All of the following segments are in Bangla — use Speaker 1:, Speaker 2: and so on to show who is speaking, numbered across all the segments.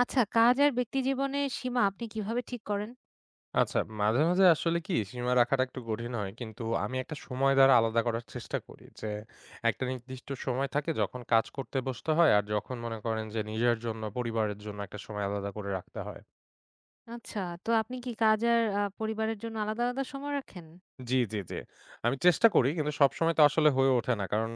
Speaker 1: আচ্ছা, কাজ আর ব্যক্তিজীবনের সীমা আপনি কিভাবে ঠিক করেন?
Speaker 2: আচ্ছা, মাঝে, মাঝে আসলে কি সীমা রাখাটা একটু কঠিন হয়। কিন্তু আমি একটা সময় দ্বারা আলাদা করার চেষ্টা করি। যে একটা নির্দিষ্ট সময় থাকে যখন কাজ করতে বসতে হয় আর যখন মনে করেন যে নিজের জন্য পরিবারের জন্য একটা সময় আলাদা করে রাখতে হয়।
Speaker 1: আচ্ছা, তো আপনি কি কাজ আর পরিবারের জন্য আলাদা, আলাদা সময় রাখেন?
Speaker 2: জি, জি, জি। আমি চেষ্টা করি কিন্তু সবসময় তো আসলে হয়ে ওঠে না। কারণ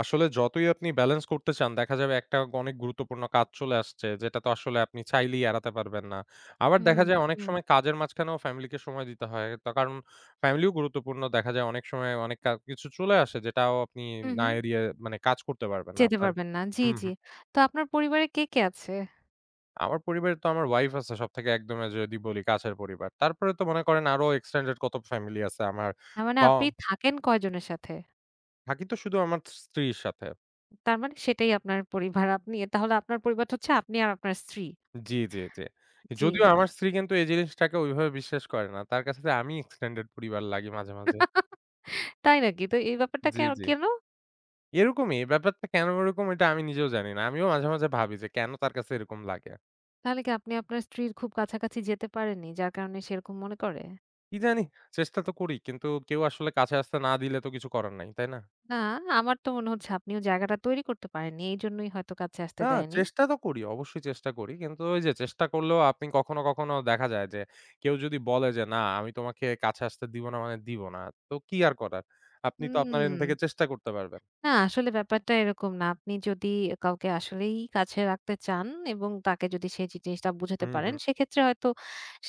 Speaker 2: আসলে যতই আপনি ব্যালেন্স করতে চান দেখা যাবে একটা অনেক গুরুত্বপূর্ণ কাজ চলে আসছে যেটা তো আসলে আপনি চাইলেই এড়াতে পারবেন না। আবার
Speaker 1: হুম,
Speaker 2: দেখা যায় হুম। অনেক
Speaker 1: হুম,
Speaker 2: সময় কাজের মাঝখানেও ফ্যামিলিকে সময় দিতে হয়। তো কারণ ফ্যামিলিও গুরুত্বপূর্ণ। দেখা যায় অনেক সময় অনেক কিছু চলে আসে যেটাও আপনি
Speaker 1: হুম,
Speaker 2: না
Speaker 1: হুম।
Speaker 2: এড়িয়ে মানে কাজ করতে পারবেন না
Speaker 1: যেতে
Speaker 2: আপনার।
Speaker 1: পারবেন না। জি,
Speaker 2: হুম,
Speaker 1: জি।
Speaker 2: হুম।
Speaker 1: তো আপনার পরিবারে কে, কে আছে?
Speaker 2: আমার পরিবারে তো আমার ওয়াইফ আছে সবথেকে একদমে যদি বলি কাছের পরিবার। তারপরে তো মনে করেন আরো এক্সটেন্ডেড কত ফ্যামিলি আছে আমার।
Speaker 1: তার মানে
Speaker 2: বা
Speaker 1: আপনি থাকেন কয়জনের সাথে?
Speaker 2: থাকি তো শুধু আমার স্ত্রীর সাথে।
Speaker 1: তার মানে সেটাই আপনার পরিবার। আপনি তাহলে আপনার পরিবার হচ্ছে আপনি আর আপনার স্ত্রী।
Speaker 2: জি, জি, জি।
Speaker 1: জি।
Speaker 2: যদিও হুম। আমার স্ত্রী কিন্তু এই জিনিসটাকে ওইভাবে বিশ্বাস করে না। তার কাছে আমি এক্সটেন্ডেড পরিবার লাগি মাঝে, মাঝে।
Speaker 1: তাই নাকি? তো এই ব্যাপারটা কে
Speaker 2: জি, জি।
Speaker 1: কেন?
Speaker 2: এরকমই ব্যাপারটা কেন এরকম এটা আমি নিজেও জানি না। আমিও মাঝে, মাঝে ভাবি যে কেন তার কাছে এরকম লাগে?
Speaker 1: তাহলে কি আপনি আপনার স্ত্রীর খুব কাছাকাছি যেতে পারেননি, যার কারণে সে এরকম মনে করে?
Speaker 2: কি জানি চেষ্টা তো করি কিন্তু কেউ আসলে কাছে আসতে না দিলে তো কিছু করার নাই, তাই না?
Speaker 1: না, আমার তো মনে হচ্ছে আপনি ও জায়গাটা তৈরি করতে পারেননি। এইজন্যই হয়তো কাছে আসতে
Speaker 2: না,
Speaker 1: দেয়নি।
Speaker 2: চেষ্টা তো করি। অবশ্যই চেষ্টা করি। কিন্তু ওই যে চেষ্টা করলেও আপনি কখনো, কখনো দেখা যায় যে কেউ যদি বলে যে, "না, আমি তোমাকে কাছে আসতে দিব না মানে দিব না।" তো কি আর করার? আপনি তো আপনার
Speaker 1: হুম।
Speaker 2: এন্ড থেকে চেষ্টা করতে পারবেন।
Speaker 1: না আসলে ব্যাপারটা এরকম না। আপনি যদি কাউকে আসলেই কাছে রাখতে চান এবং তাকে যদি সেই জিনিসটা বুঝাতে
Speaker 2: হুম,
Speaker 1: পারেন,
Speaker 2: হুম।
Speaker 1: সেক্ষেত্রে হয়তো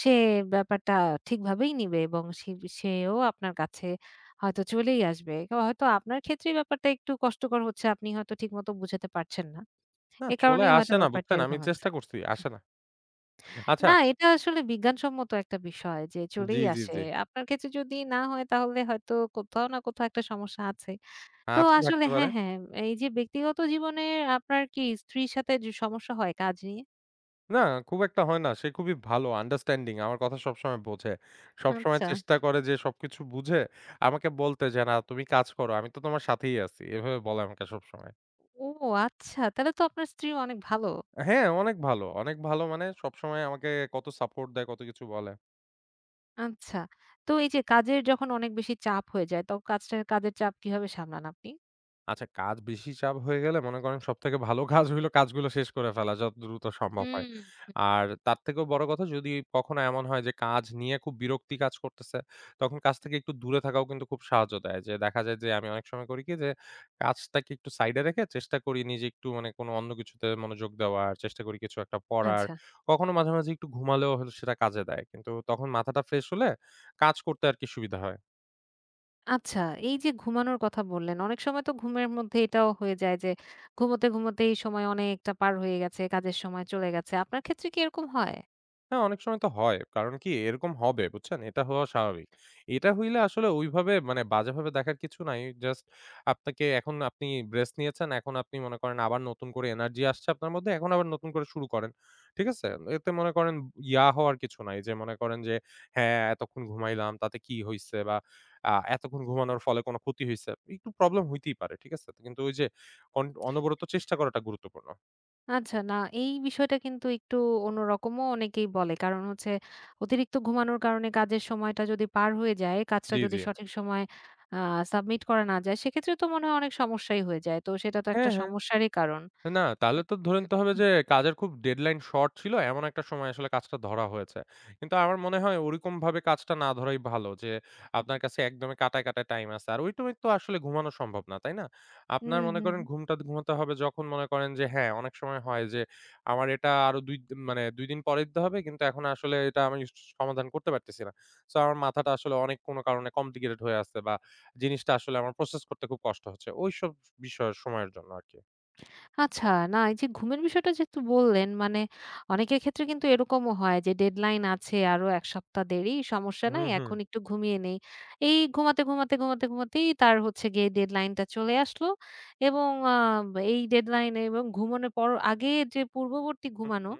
Speaker 1: সে ব্যাপারটা ঠিকভাবেই নিবে এবং সেও আপনার কাছে হয়তো চলেই আসবে। হয়তো আপনার ক্ষেত্রেই ব্যাপারটা একটু কষ্টকর হচ্ছে। আপনি হয়তো ঠিকমতো বুঝাতে পারছেন না।
Speaker 2: না
Speaker 1: এ
Speaker 2: চলে
Speaker 1: কারণেই হয়তো
Speaker 2: আসে না
Speaker 1: ব্যাপারটা
Speaker 2: বুঝছেন? আমি
Speaker 1: এরকম হচ্ছে।
Speaker 2: চেষ্টা করছি, আসে না। আচ্ছা।
Speaker 1: না, এটা আসলে বিজ্ঞানসম্মত একটা বিষয় যে
Speaker 2: জি,
Speaker 1: চলেই
Speaker 2: জি,
Speaker 1: আসে।
Speaker 2: জি।
Speaker 1: আপনার ক্ষেত্রে যদি না হয় তাহলে হয়তো কোথাও না কোথাও একটা সমস্যা আছে। তো
Speaker 2: আচ্ছা
Speaker 1: আসলে
Speaker 2: থাকতে পারে।
Speaker 1: হ্যাঁ, হ্যাঁ, এই যে ব্যক্তিগত জীবনে আপনার কি স্ত্রীর সাথে যে সমস্যা হয় কাজ নিয়ে?
Speaker 2: না খুব একটা হয় না। সে খুবই ভালো আন্ডারস্ট্যান্ডিং। আমার কথা সবসময় বোঝে। সবসময়
Speaker 1: আচ্ছা।
Speaker 2: চেষ্টা করে যে সবকিছু বুঝে আমাকে বলতে যে, "না তুমি কাজ করো। আমি তো তোমার সাথেই আছি।" এভাবে বলে আমাকে সবসময়।
Speaker 1: ও আচ্ছা, তাহলে তো আপনার স্ত্রী অনেক ভালো।
Speaker 2: হ্যাঁ, অনেক ভালো। অনেক ভালো মানে সবসময় আমাকে কত সাপোর্ট দেয়, কত কিছু বলে।
Speaker 1: আচ্ছা। তো এই যে কাজের যখন অনেক বেশি চাপ হয়ে যায়, তখন কাজের চাপ কিভাবে সামলান আপনি?
Speaker 2: আচ্ছা কাজ বেশি চাপ হয়ে গেলে মনে করেন সবথেকে ভালো কাজ হইল কাজগুলো শেষ করে ফেলা যত দ্রুত সম্ভব হয়।
Speaker 1: হুম।
Speaker 2: আর তার থেকেও বড় কথা যদি কখনো এমন হয় যে কাজ নিয়ে খুব বিরক্তি কাজ করতেছে, তখন কাজ থেকে একটু দূরে থাকাও কিন্তু খুব সাহায্য দেয়। যে দেখা যায় যে আমি অনেক সময় করি কি যে কাজটাকে একটু সাইডে রেখে চেষ্টা করি নিজে একটু মানে কোনো অন্য কিছুতে মনোযোগ দেওয়ার, চেষ্টা করি কিছু একটা পড়ার।
Speaker 1: আচ্ছা।
Speaker 2: কখনো মাঝে, মাঝে একটু ঘুমালেও হলো সেটা কাজে দেয়। কিন্তু তখন মাথাটা ফ্রেশ হলে কাজ করতে আরকি সুবিধা হয়।
Speaker 1: আচ্ছা, এই যে ঘুমানোর কথা বললেন, অনেক সময় তো ঘুমের মধ্যে এটাও হয়ে যায় যে ঘুমোতে, ঘুমোতেই সময় অনেকটা পার হয়ে গেছে, কাজের সময় চলে গেছে। আপনার ক্ষেত্রে কি এরকম হয়?
Speaker 2: হ্যাঁ, অনেক সময় তো হয়। কারণ কি এরকম হবে, বুঝছেন? এটা হওয়া স্বাভাবিক। এটা হইলে আসলে ওইভাবে মানে বাজেভাবে দেখার কিছু নাই। জাস্ট আপনাকে এখন আপনি ব্রেস্ট নিয়েছেন। এখন আপনি মনে করেন আবার নতুন করে এনার্জি আসছে আপনার মধ্যে। এখন আবার নতুন করে শুরু করেন। ঠিক আছে? এতে মনে করেন ইয়া হওয়ার কিছু নাই। যে মনে করেন যে হ্যাঁ, এতক্ষণ ঘুমাইলাম তাতে কি হইছে? বা এতক্ষণ ঘুমানোর ফলে কোনো ক্ষতি হইছে? একটু প্রবলেম হইতেই পারে। ঠিক আছে? কিন্তু ওই যে অনবরত চেষ্টা করাটা গুরুত্বপূর্ণ।
Speaker 1: আচ্ছা, না এই বিষয়টা কিন্তু একটু অন্যরকমও অনেকেই বলে। কারণ হচ্ছে অতিরিক্ত ঘুমানোর কারণে কাজের সময়টা যদি পার হয়ে যায়, কাজটা
Speaker 2: জি,
Speaker 1: যদি
Speaker 2: জি।
Speaker 1: সঠিক সময়ে আ সাবমিট করা না যায়, সেক্ষেত্রে তো মনে হয় অনেক সমস্যাই হয়ে যায়। তো সেটা তো একটা
Speaker 2: হ্যাঁ, হ্যাঁ।
Speaker 1: সমস্যারই কারণ।
Speaker 2: না,
Speaker 1: এ
Speaker 2: তাহলে তো ধরে নিতে হবে যে কাজের খুব ডেডলাইন শর্ট ছিল। এমন একটা সময় আসলে কাজটা ধরা হয়েছে। কিন্তু আমার মনে হয় ওরকমভাবে কাজটা না ধরাই ভালো যে আপনার কাছে একদমই কাঁটায়, কাঁটায় টাইম আছে। আর ওই টাইমে তো আসলে ঘুমানো সম্ভব না, তাই না? আপনার
Speaker 1: হুম,
Speaker 2: মনে
Speaker 1: হুম।
Speaker 2: করেন ঘুমটা ঘুমাতে হবে যখন মনে করেন যে হ্যাঁ, অনেক সময় হয় যে আমার এটা আরো ২ দ মানে ২ দিন পরে দিতে হবে কিন্তু এখন আসলে এটা আমি সমাধান করতে পারতেছি না। সো আমার মাথাটা আসলে অনেক কোন কারণে কমপ্লিকেটেড হয়ে আছে বা জিনিসটা আসলে আমার প্রসেস করতে খুব কষ্ট হচ্ছে। ওইসব বিষয় সময়ের জন্য আরকি।
Speaker 1: আচ্ছা, না এই যে ঘুমের বিষয়টা যেহেতু বললেন, মানে অনেকের ক্ষেত্রে কিন্তু এরকমও হয় যে ডেডলাইন আছে আরো ১ সপ্তাহ দেরি, সমস্যা
Speaker 2: হুম,
Speaker 1: নাই,
Speaker 2: হুম।
Speaker 1: এখন একটু ঘুমিয়ে নেই। এই ঘুমাতে, ঘুমাতেই তার হচ্ছে গিয়ে ডেডলাইনটা চলে আসলো এবং এই ডেডলাইন এবং ঘুমানোর পর আগে যে পূর্ববর্তী
Speaker 2: হুম,
Speaker 1: ঘুমানো,
Speaker 2: হুম।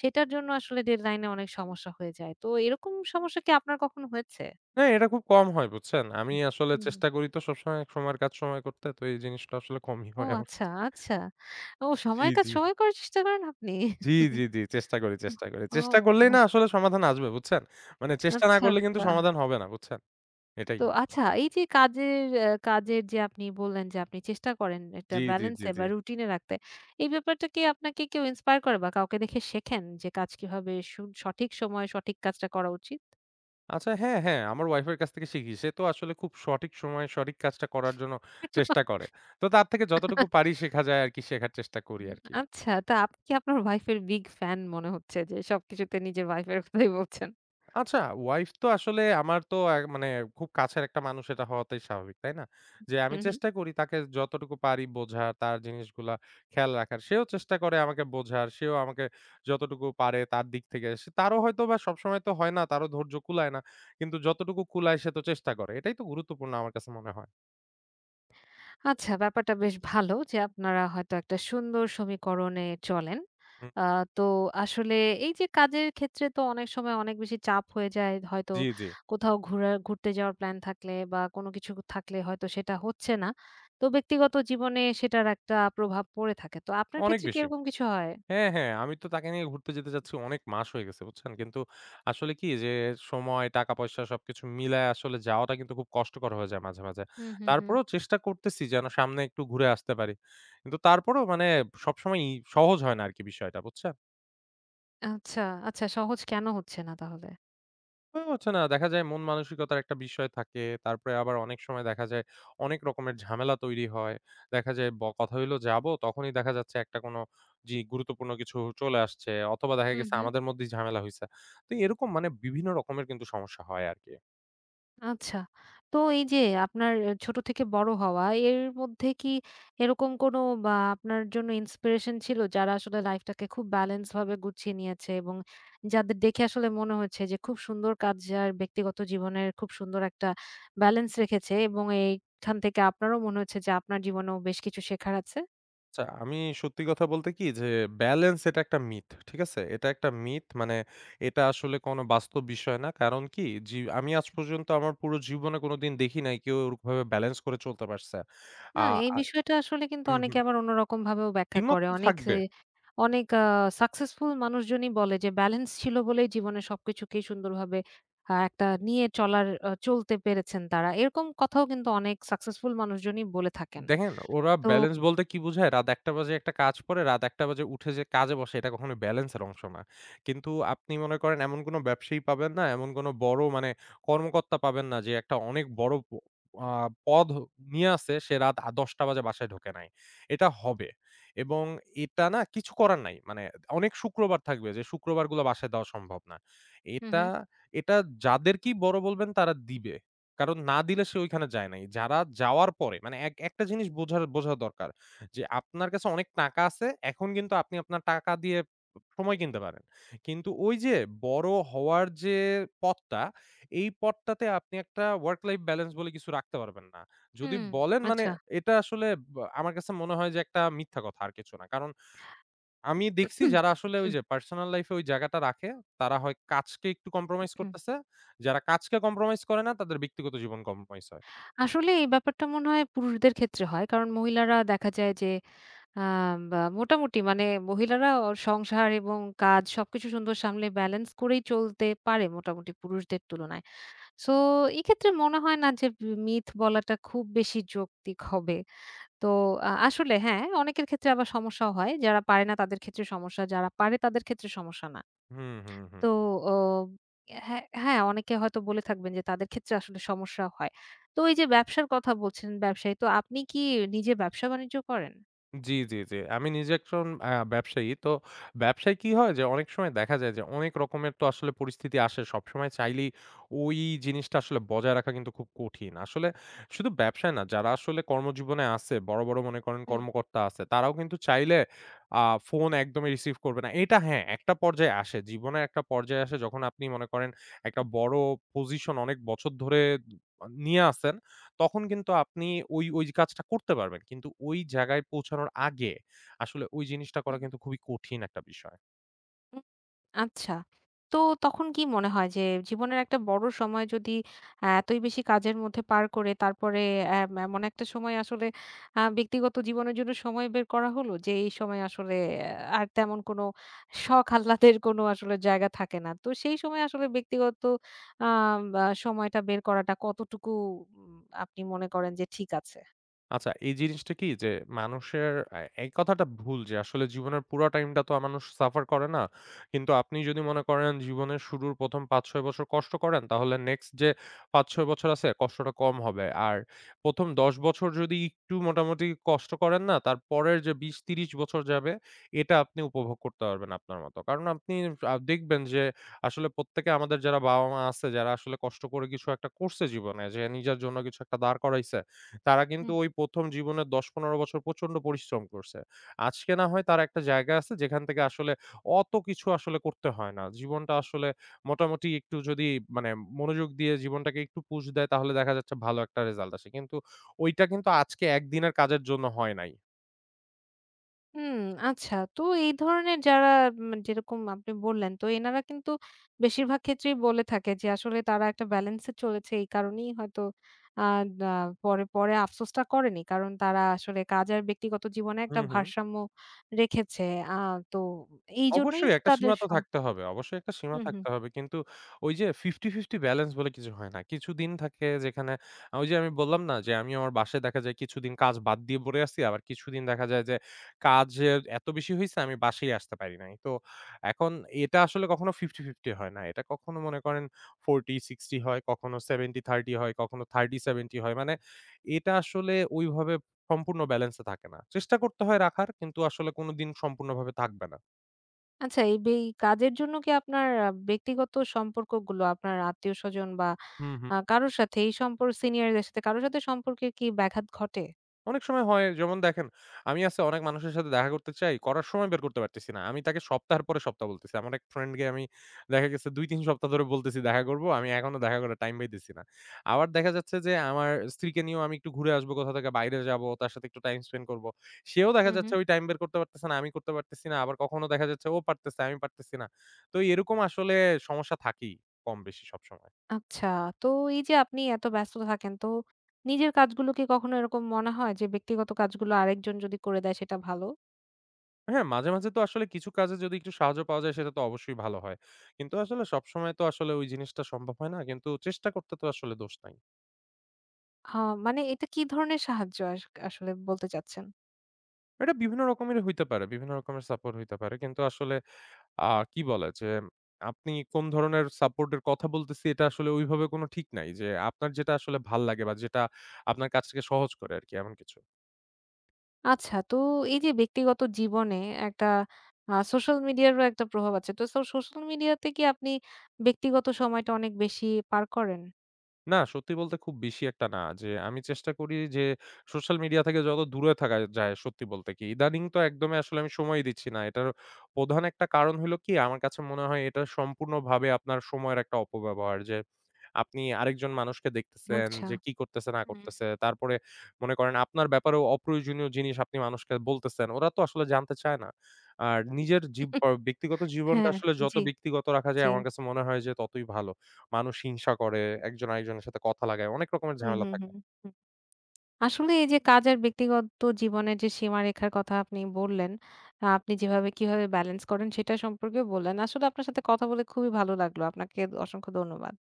Speaker 1: সেটার জন্য আসলে ডেডলাইনে অনেক সমস্যা হয়ে যায়। তো এরকম সমস্যা কি আপনার কখনো হয়েছে?
Speaker 2: না এটা খুব কম হয় বুঝছেন? আমি আসলে
Speaker 1: হুম, হুম।
Speaker 2: চেষ্টা করি তো সবসময় সময়ের কাজ সময়ে করতে। তো এই জিনিসটা আসলে কমই
Speaker 1: ও
Speaker 2: হয় আমার
Speaker 1: আচ্ছা,
Speaker 2: কাছে।
Speaker 1: আচ্ছা। ও
Speaker 2: জি,
Speaker 1: সময়ের কাজ
Speaker 2: জি।
Speaker 1: সময় করার চেষ্টা করেন আপনি?
Speaker 2: জি, জি, জি। চেষ্টা করি, চেষ্টা করি। চেষ্টা
Speaker 1: ও।
Speaker 2: করলেই না আসলে সমাধান আসবে বুঝছেন? মানে চেষ্টা না
Speaker 1: আচ্ছা,
Speaker 2: করলে কিন্তু
Speaker 1: আচ্ছা।
Speaker 2: সমাধান হবে না বুঝছেন? এটাই।
Speaker 1: তো আচ্ছা এই যে কাজের কাজের যে আপনি বললেন যে আপনি চেষ্টা করেন একটা
Speaker 2: জি, জি, জি,
Speaker 1: ব্যালেন্সে
Speaker 2: জি।
Speaker 1: বা রুটিনে রাখতে। এই ব্যাপারটা কি আপনাকে কেউ ইন্সপায়ার করে বা কাউকে দেখে শেখেন যে কাজ কিভাবে সঠিক সময়ে সঠিক কাজটা করা উচিত?
Speaker 2: আচ্ছা হ্যাঁ, হ্যাঁ আমার ওয়াইফের কাছ থেকে শিখি। সে তো আসলে খুব সঠিক সময়ে সঠিক কাজটা করার জন্য চেষ্টা করে। তো তার থেকে যতটুকু পারি শেখা যায় আরকি শেখার চেষ্টা করি আরকি।
Speaker 1: আচ্ছা তা আপনি কি আপনার ওয়াইফ এর বিগ ফ্যান মনে হচ্ছে যে সবকিছুতে নিজের ওয়াইফ এর কথাই বলছেন।
Speaker 2: আচ্ছা, ওয়াইফ তো আসলে আমার তো এক মানে খুব কাছের একটা মানুষ এটা হওয়াটাই স্বাভাবিক, তাই না? যে আমি
Speaker 1: হু, হু।
Speaker 2: চেষ্টা করি তাকে যতটুকু পারি বোঝার, তার জিনিসগুলা খেয়াল রাখার। সেও চেষ্টা করে আমাকে বোঝার, সেও আমাকে যতটুকু পারে তার দিক থেকে। সে তারও হয়তোবা সবসময় তো হয় না, তারও ধৈর্য কুলায় না। কিন্তু যতটুকু কুলায় সে তো চেষ্টা করে। এটাই তো গুরুত্বপূর্ণ আমার কাছে মনে হয়।
Speaker 1: আচ্ছা, ব্যাপারটা বেশ ভালো যে আপনারা হয়তো একটা সুন্দর সমীকরণে চলেন।
Speaker 2: হুম,
Speaker 1: আ তো আসলে এই যে কাজের ক্ষেত্রে তো অনেক সময় অনেক বেশি চাপ হয়ে যায়। হয়তো
Speaker 2: জি, জি।
Speaker 1: কোথাও ঘুরতে যাওয়ার প্ল্যান থাকলে বা কোনো কিছু থাকলে হয়তো সেটা হচ্ছে না। তো ব্যক্তিগত জীবনে সেটার একটা প্রভাব পড়ে থাকে। তো আপনার
Speaker 2: অনেক
Speaker 1: ক্ষেত্রে কি
Speaker 2: বেশি।
Speaker 1: এরকম কিছু হয়?
Speaker 2: হ্যাঁ, হ্যাঁ। আমি তো তাকে নিয়ে ঘুরতে যেতে চাচ্ছি অনেক মাস হয়ে গেছে, বুঝছেন? কিন্তু আসলে কি যে সময়, টাকা-পয়সা সবকিছু মিলায় আসলে যাওয়াটা কিন্তু খুব কষ্টকর হয়ে যায় মাঝে, মাঝে।
Speaker 1: হুম, হুম, হুম।
Speaker 2: তারপরেও চেষ্টা করতেছি যেন সামনে একটু ঘুরে আসতে পারি। কিন্তু তারপরেও মানে সবসময়ই সহজ হয় না আরকি বিষয়টা, বুঝছেন?
Speaker 1: আচ্ছা, আচ্ছা সহজ কেন হচ্ছে না তাহলে?
Speaker 2: হয়ে ওঠে না। দেখা যায় মন মানসিকতার একটা বিষয় থাকে। তারপরে আবার অনেক সময় দেখা যায় অনেক রকমের ঝামেলা তৈরি হয়। দেখা যায় কথা হইলো যাবো, তখনই দেখা যাচ্ছে একটা কোনো গুরুত্বপূর্ণ কিছু চলে আসছে অথবা দেখা
Speaker 1: হুম,
Speaker 2: গেছে
Speaker 1: হুম।
Speaker 2: আমাদের মধ্যেই ঝামেলা হইছে। তো এরকম মানে বিভিন্ন রকমের কিন্তু সমস্যা হয় আরকি।
Speaker 1: আচ্ছা। তো এই যে আপনার ছোট থেকে বড় হওয়া, এর মধ্যে কি এরকম কোনো বা আপনার জন্য ইন্সপিরেশন ছিল যারা আসলে লাইফটাকে খুব ব্যালেন্স ভাবে গুছিয়ে নিয়েছে এবং যাদের দেখে আসলে মনে হয়েছে যে খুব সুন্দর কাজ আর ব্যক্তিগত জীবনের খুব সুন্দর একটা ব্যালেন্স রেখেছে এবং এইখান থেকে আপনারও মনে হচ্ছে যে আপনার জীবনেও বেশ কিছু শেখার আছে?
Speaker 2: আচ্ছা আমি সত্যি কথা বলতে কি যে ব্যালেন্স এটা একটা মিথ। ঠিক আছে? এটা একটা মিথ মানে এটা আসলে কোনো বাস্তব বিষয় না। কারণ কি আমি আজ পর্যন্ত আমার পুরো জীবনে কোনোদিন দেখি নাই কেউ ওরকমভাবে ব্যালেন্স করে চলতে পারছে। আ
Speaker 1: না, এই
Speaker 2: আ
Speaker 1: বিষয়টা আসলে কিন্তু
Speaker 2: হুম,
Speaker 1: অনেকে
Speaker 2: হুম।
Speaker 1: আবার অন্যরকমভাবেও ব্যাখ্যা
Speaker 2: দ্বিমত
Speaker 1: করে।
Speaker 2: তো
Speaker 1: অনেক
Speaker 2: থাকবে।
Speaker 1: এ অনেক আ সাকসেসফুল মানুষজনই বলে যে, "ব্যালেন্স ছিল বলেই জীবনে সবকিছুকেই সুন্দরভাবে আ একটা নিয়ে চলার আ চলতে পেরেছেন তারা।" এরকম কথাও কিন্তু অনেক সাকসেসফুল মানুষজনই বলে থাকেন।
Speaker 2: দেখেন ওরা
Speaker 1: তো
Speaker 2: ব্যালেন্স বলতে কি বোঝায়? রাত ১ঃ০০ বাজে একটা কাজ করে, রাত ১ঃ০০ বাজে উঠে যে কাজে বসে এটা কখনো ব্যালেন্সের অংশ না। কিন্তু আপনি মনে করেন এমন কোনো ব্যবসায়ী পাবেন না, এমন কোনো বড় মানে কর্মকর্তা পাবেন না যে একটা অনেক বড় প আ পদ নিয়ে আছে সে রাত ১০ঃ০০ টা বাজে বাসায় ঢোকে নাই। এটা হবে এবং এটা না কিছু করার নাই। মানে অনেক শুক্রবার থাকবে যে শুক্রবারগুলো বাসায় দেওয়া সম্ভব না।
Speaker 1: হুম,
Speaker 2: এটা,
Speaker 1: হুম।
Speaker 2: এটা যাদেরকেই বড় বলবেন তারা দিবে। কারণ না দিলে সে ঐখানে যায় নাই। যারা যাওয়ার পরে মানে এক একটা জিনিস বোঝার বোঝা দরকার। যে আপনার কাছে অনেক টাকা আছে। এখন কিন্তু আপনি আপনার টাকা দিয়ে সময় কিনতে পারেন। কিন্তু ওই যে বড় হওয়ার যে পথটা, এই পথটাতে আপনি একটা work life balance বলে কিছু রাখতে পারবেন না। যদি
Speaker 1: হুম।
Speaker 2: বলেন মানে
Speaker 1: আচ্ছা।
Speaker 2: এটা আসলে বা আমার কাছে মনে হয় যে একটা মিথ্যা কথা আর কিছু না। কারণ আমি দেখছি যারা আসলে ওই যে পার্সোনাল লাইফ এ ওই জায়গাটা রাখে, তারা হয় কাজকে একটু কম্প্রোমাইজ করতেছে। যারা কাজকে কম্প্রোমাইজ করে না, তাদের ব্যক্তিগত জীবন কম্প্রোমাইজ হয়।
Speaker 1: আসলে এই ব্যাপারটা মনে হয় পুরুষদের ক্ষেত্রে হয়। কারণ মহিলারা দেখা যায় যে আম বা মোটামুটি মানে মহিলারা সংসার এবং কাজ সবকিছু সুন্দর সামলে ব্যালেন্স করেই চলতে পারে মোটামুটি পুরুষদের তুলনায়। সো এক্ষেত্রে মনে হয় না যে মিথ বলাটা খুব বেশি যৌক্তিক হবে। তো আসলে হ্যাঁ, অনেকের ক্ষেত্রে আবার সমস্যাও হয়। যারা পারে না তাদের ক্ষেত্রে সমস্যা, যারা পারে তাদের ক্ষেত্রে সমস্যা না।
Speaker 2: হুম, হুম, হুম।
Speaker 1: তো ও হ্যাঁ, হ্যাঁ, অনেকে হয়তো বলে থাকবেন যে তাদের ক্ষেত্রে আসলে সমস্যা হয়। তো এই যে ব্যবসার কথা বলছেন, ব্যবসায়ী তো আপনি কি নিজে ব্যবসা-বাণিজ্য করেন?
Speaker 2: জি, জি, জি। আমি নিজে একজন ব্যবসায়ী। তো ব্যবসায় কি হয় যে অনেক সময় দেখা যায় যে অনেক রকমের তো আসলে পরিস্থিতি আসে। সবসময় চাইলেই ওই জিনিসটা আসলে বজায় রাখা কিন্তু খুব কঠিন। আসলে শুধু ব্যবসায় না, যারা আসলে কর্মজীবনে আছে, বড়, বড় মনে করেন
Speaker 1: হুম,
Speaker 2: কর্মকর্তা আছে, তারাও কিন্তু চাইলে আ ফোন একদমই রিসিভ করবে না। এটা হ্যাঁ, একটা পর্যায়ে আসে। জীবনের একটা পর্যায়ে আসে যখন আপনি মনে করেন একটা বড় পজিশন অনেক বছর ধরে নিয়ে আছেন। তখন কিন্তু আপনি ওই কাজটা করতে পারবেন। কিন্তু ওই জায়গায় পৌঁছানোর আগে আসলে ওই জিনিসটা করা
Speaker 1: হুম।
Speaker 2: কিন্তু খুবই কঠিন একটা বিষয়।
Speaker 1: আচ্ছা। তো তখন কি মনে হয় যে জীবনের একটা বড় সময় যদি এতই বেশি কাজের মধ্যে পার করে তারপরে এমন একটা সময় আসলে ব্যক্তিগত জীবনের জন্য সময় বের করা হলো যে এই সময় আসলে আ আর তেমন কোনো শখ আহ্লাদের কোনো আসলে জায়গা থাকে না। তো সেই সময় আসলে ব্যক্তিগত আম আ সময়টা বের করাটা কতটুকু উম আপনি মনে করেন যে ঠিক আছে?
Speaker 2: আচ্ছা এই জিনিসটা কি যে মানুষের এই কথাটা ভুল যে আসলে জীবনের পুরা টাইমটা তো মানুষ সাফার করে না। কিন্তু আপনি যদি মনে করেন জীবনের শুরুর ১ম ৫-৬ বছর কষ্ট করেন তাহলে নেক্সট যে ৫-৬ বছর আছে কষ্টটা কম হবে। আর ১ম ১০ বছর যদি একটু মোটামুটি কষ্ট করেন না তারপরের যে ২০-৩০ বছর যাবে এটা আপনি উপভোগ করতে পারবেন আপনার মতো। কারণ আপনি দেখবেন যে আসলে প্রত্যেকে আমাদের যারা বাবা-মা আছে যারা আসলে কষ্ট করে কিছু একটা করছে জীবনে যে নিজের জন্য কিছু একটা দাঁড় করাইছে। তারা কিন্তু ওই ১ম জীবনের ১০-১৫ বছর প্রচন্ড পরিশ্রম করছে। আজকে না হয় তার একটা জায়গা আছে যেখান থেকে আসলে অত কিছু আসলে করতে হয় না। জীবনটা আসলে মোটামুটি একটু যদি মানে মনোযোগ দিয়ে জীবনটাকে একটু পুশ দেয় তাহলে দেখা যাচ্ছে ভালো একটা রেজাল্ট আসে। কিন্তু ওইটা কিন্তু আজকে একদিনের কাজের জন্য হয় নাই।
Speaker 1: হুম, আচ্ছা। তো এই ধরনের যারা যেরকম আপনি বললেন, তো এনারা কিন্তু বেশিরভাগ ক্ষেত্রেই বলে থাকে যে আসলে তারা একটা ব্যালেন্সে চলেছে। এই কারণেই হয়তো আ দা পরে, পরে আফসোসটা করেনি। কারণ তারা আসলে কাজ আর ব্যক্তিগত জীবনে
Speaker 2: হু,
Speaker 1: একটা
Speaker 2: হু।
Speaker 1: ভারসাম্য রেখেছে। আ তো এইজন্যই
Speaker 2: অবশ্যই একটা
Speaker 1: তাদের
Speaker 2: সীমা তো থাকতে হবে। অবশ্যই একটা সীমা
Speaker 1: হুম, হুম।
Speaker 2: থাকতে হবে। কিন্তু ওই যে 50-50 ব্যালেন্স বলে কিছু হয় না। কিছুদিন থাকে যেখানে আহ, ওই যে আমি বললাম না যে আমি আমার বাসায় দেখা যায় কিছুদিন কাজ বাদ দিয়ে পড়ে আছি। আবার কিছুদিন দেখা যায় যে কাজের এত বেশি হইছে আমি বাসায় আসতে পারি নাই। তো এখন এটা আসলে কখনো 50-50 হয় না। এটা কখনো মনে করেন 40-60 হয়, কখনো 70-30 হয়, কখনো 30-70 হয়। মানে এটা আসলে ওইভাবে সম্পূর্ণ ব্যালেন্সে থাকে না। চেষ্টা করতে হয় রাখার কিন্তু আসলে কোনদিন সম্পূর্ণভাবে থাকবে না।
Speaker 1: আচ্ছা এই কাজের জন্য কি আপনার ব্যক্তিগত সম্পর্কগুলো আপনার আত্মীয়স্বজন বা
Speaker 2: হুম, হুম।
Speaker 1: কারো সাথে এই সম্পর্ক সিনিয়রদের সাথে কারো সাথে সম্পর্কের কি ব্যাঘাত ঘটে?
Speaker 2: অনেক সময় হয় যেমন দেখেন, আমি আছে অনেক মানুষের সাথে দেখা করতে চাই, করার সময় বের করতে পারতেছি না। আমি তাকে সপ্তাহের পরে সপ্তাহ বলতেছি। আমার এক ফ্রেন্ডকে আমি দেখা গেছে ২-৩ সপ্তাহ ধরে বলতেছি দেখা করব। আমি এখনো দেখা করার টাইম পাইতেছি না। আবার দেখা যাচ্ছে যে আমার স্ত্রীকে নিয়েও আমি একটু ঘুরে আসবো কোথাও থেকে, বাইরে যাবো, তার সাথে একটু টাইম স্পেন্ড করব। সেও দেখা
Speaker 1: হু, হু।
Speaker 2: যাচ্ছে ওই টাইম বের করতে পারতেছে না, আমি করতে পারতেছি না। আবার কখনো দেখা যাচ্ছে ও পারতেছে, আমি পারতেছি না। তো এরকম আসলে সমস্যা থাকেই কম বেশি সবসময়।
Speaker 1: আচ্ছা। তো এই যে আপনি এত ব্যস্ত থাকেন, তো নিজের কাজগুলো কি কখনো এরকম মনে হয় যে ব্যক্তিগত কাজগুলো আরেকজন যদি করে দেয় সেটা ভালো?
Speaker 2: হ্যাঁ, মাঝে, মাঝে তো আসলে কিছু কাজে যদি একটু সাহায্য পাওয়া যায় সেটা তো অবশ্যই ভালো হয়। কিন্তু আসলে সবসময় তো আসলে ওই জিনিসটা সম্ভব হয় না। কিন্তু চেষ্টা করতে তো আসলে দোষ নাই।
Speaker 1: আ মানে এটা কি ধরনের সাহায্য আসলে বলতে চাচ্ছেন?
Speaker 2: এটা বিভিন্ন রকমের হইতে পারে, বিভিন্ন রকমের সাপোর্ট হইতে পারে। কিন্তু আসলে আ কি বলে যে আপনি কোন ধরনের সাপোর্ট এর কথা বলতেছি এটা আসলে ওইভাবে কোনো ঠিক নাই। যে আপনার যেটা আসলে ভাল লাগে বা যেটা আপনার কাজটাকে সহজ করে আরকি এমন কিছু।
Speaker 1: আচ্ছা, তো এই যে ব্যক্তিগত জীবনে একটা সোশ্যাল মিডিয়ারও একটা প্রভাব আছে। তো সোশ্যাল মিডিয়াতে কি আপনি ব্যক্তিগত সময়টা অনেক বেশি পার করেন?
Speaker 2: না, সত্যি বলতে খুব বেশি একটা না। যে আমি চেষ্টা করি যে সোশ্যাল মিডিয়া থেকে যত দূরে থাকা যায় সত্যি বলতে কি। ইদানিং তো একদমই আসলে আমি সময়ই দিচ্ছি না। এটার প্রধান একটা কারণ হইলো কি আমার কাছে মনে হয় এটা সম্পূর্ণভাবে আপনার সময়ের একটা অপব্যবহার। যে আপনি আরেকজন মানুষকে দেখতেছেন
Speaker 1: আচ্ছা।
Speaker 2: যে কি করতেছে না
Speaker 1: হুম।
Speaker 2: করতেছে। তারপরে মনে করেন আপনার ব্যাপারেও অপ্রয়োজনীয় জিনিস আপনি মানুষকে বলতেছেন। ওরা তো আসলে জানতে চায় না। আর নিজের ব্যক্তিগত জীবনটা
Speaker 1: হ্যাঁ,
Speaker 2: আসলে যত
Speaker 1: জি,
Speaker 2: ব্যক্তিগত রাখা যায়
Speaker 1: জি।
Speaker 2: আমার কাছে মনে হয় যে ততই ভালো। মানুষ হিংসা করে, একজন আরেকজনের সাথে কথা লাগায়। অনেক রকমের
Speaker 1: হুম,
Speaker 2: ঝামেলা
Speaker 1: হুম,
Speaker 2: থাকে।
Speaker 1: হুম। আসলে এই যে কাজ আর ব্যক্তিগত জীবনের যে সীমারেখার কথা আপনি বললেন, আপনি যেভাবে কিভাবে ব্যালেন্স করেন সেটা সম্পর্কেও বললেন। আসলে আপনার সাথে কথা বলে খুবই ভালো লাগলো। আপনাকে অসংখ্য ধন্যবাদ।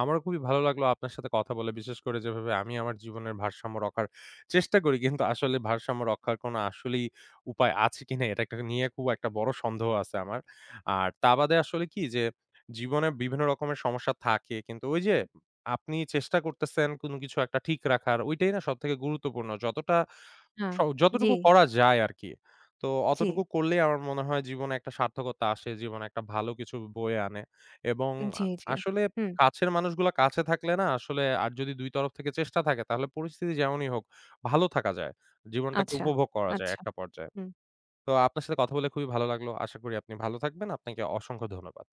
Speaker 2: আমারও খুবই ভালো লাগলো আপনার সাথে কথা বলে। বিশেষ করে যেভাবে আমি আমার জীবনের ভারসাম্য রখার চেষ্টা করি। কিন্তু আসলে ভারসাম্য রক্ষার কোনো আসলেই উপায় আছে কিনা এটা একটা নিয়ে খুব একটা বড় সন্দেহ আছে আমার। আর তা বাদে আসলে কি যে জীবনে বিভিন্ন রকমের সমস্যা থাকে। কিন্তু ওই যে আপনি চেষ্টা করতেছেন কোনো কিছু একটা ঠিক রাখার ওইটাই না সবথেকে গুরুত্বপূর্ণ। যতটা স
Speaker 1: হ্যাঁ, জি,
Speaker 2: যতটুকু করা যায় আরকি। তো
Speaker 1: জি,
Speaker 2: অতটুকু করলেই আমার মনে হয় জীবনে একটা সার্থকতা আসে। জীবনে একটা ভালো কিছু বয়ে আনে এবং
Speaker 1: জি,
Speaker 2: আ
Speaker 1: জি।
Speaker 2: আসলে
Speaker 1: হুম,
Speaker 2: কাছের মানুষগুলা কাছে থাকলে না আসলে আর যদি ২ তরফ থেকে চেষ্টা থাকে তাহলে পরিস্থিতি যেমনই হোক ভালো থাকা যায়। জীবনটাকে
Speaker 1: আচ্ছা,
Speaker 2: উপভোগ করা যায়
Speaker 1: আচ্ছা।
Speaker 2: একটা পর্যায়ে।
Speaker 1: হুম।
Speaker 2: তো আপনার সাথে কথা বলে খুবই ভালো লাগলো। আশা করি আপনি ভালো থাকবেন। আপনাকে অসংখ্য ধন্যবাদ।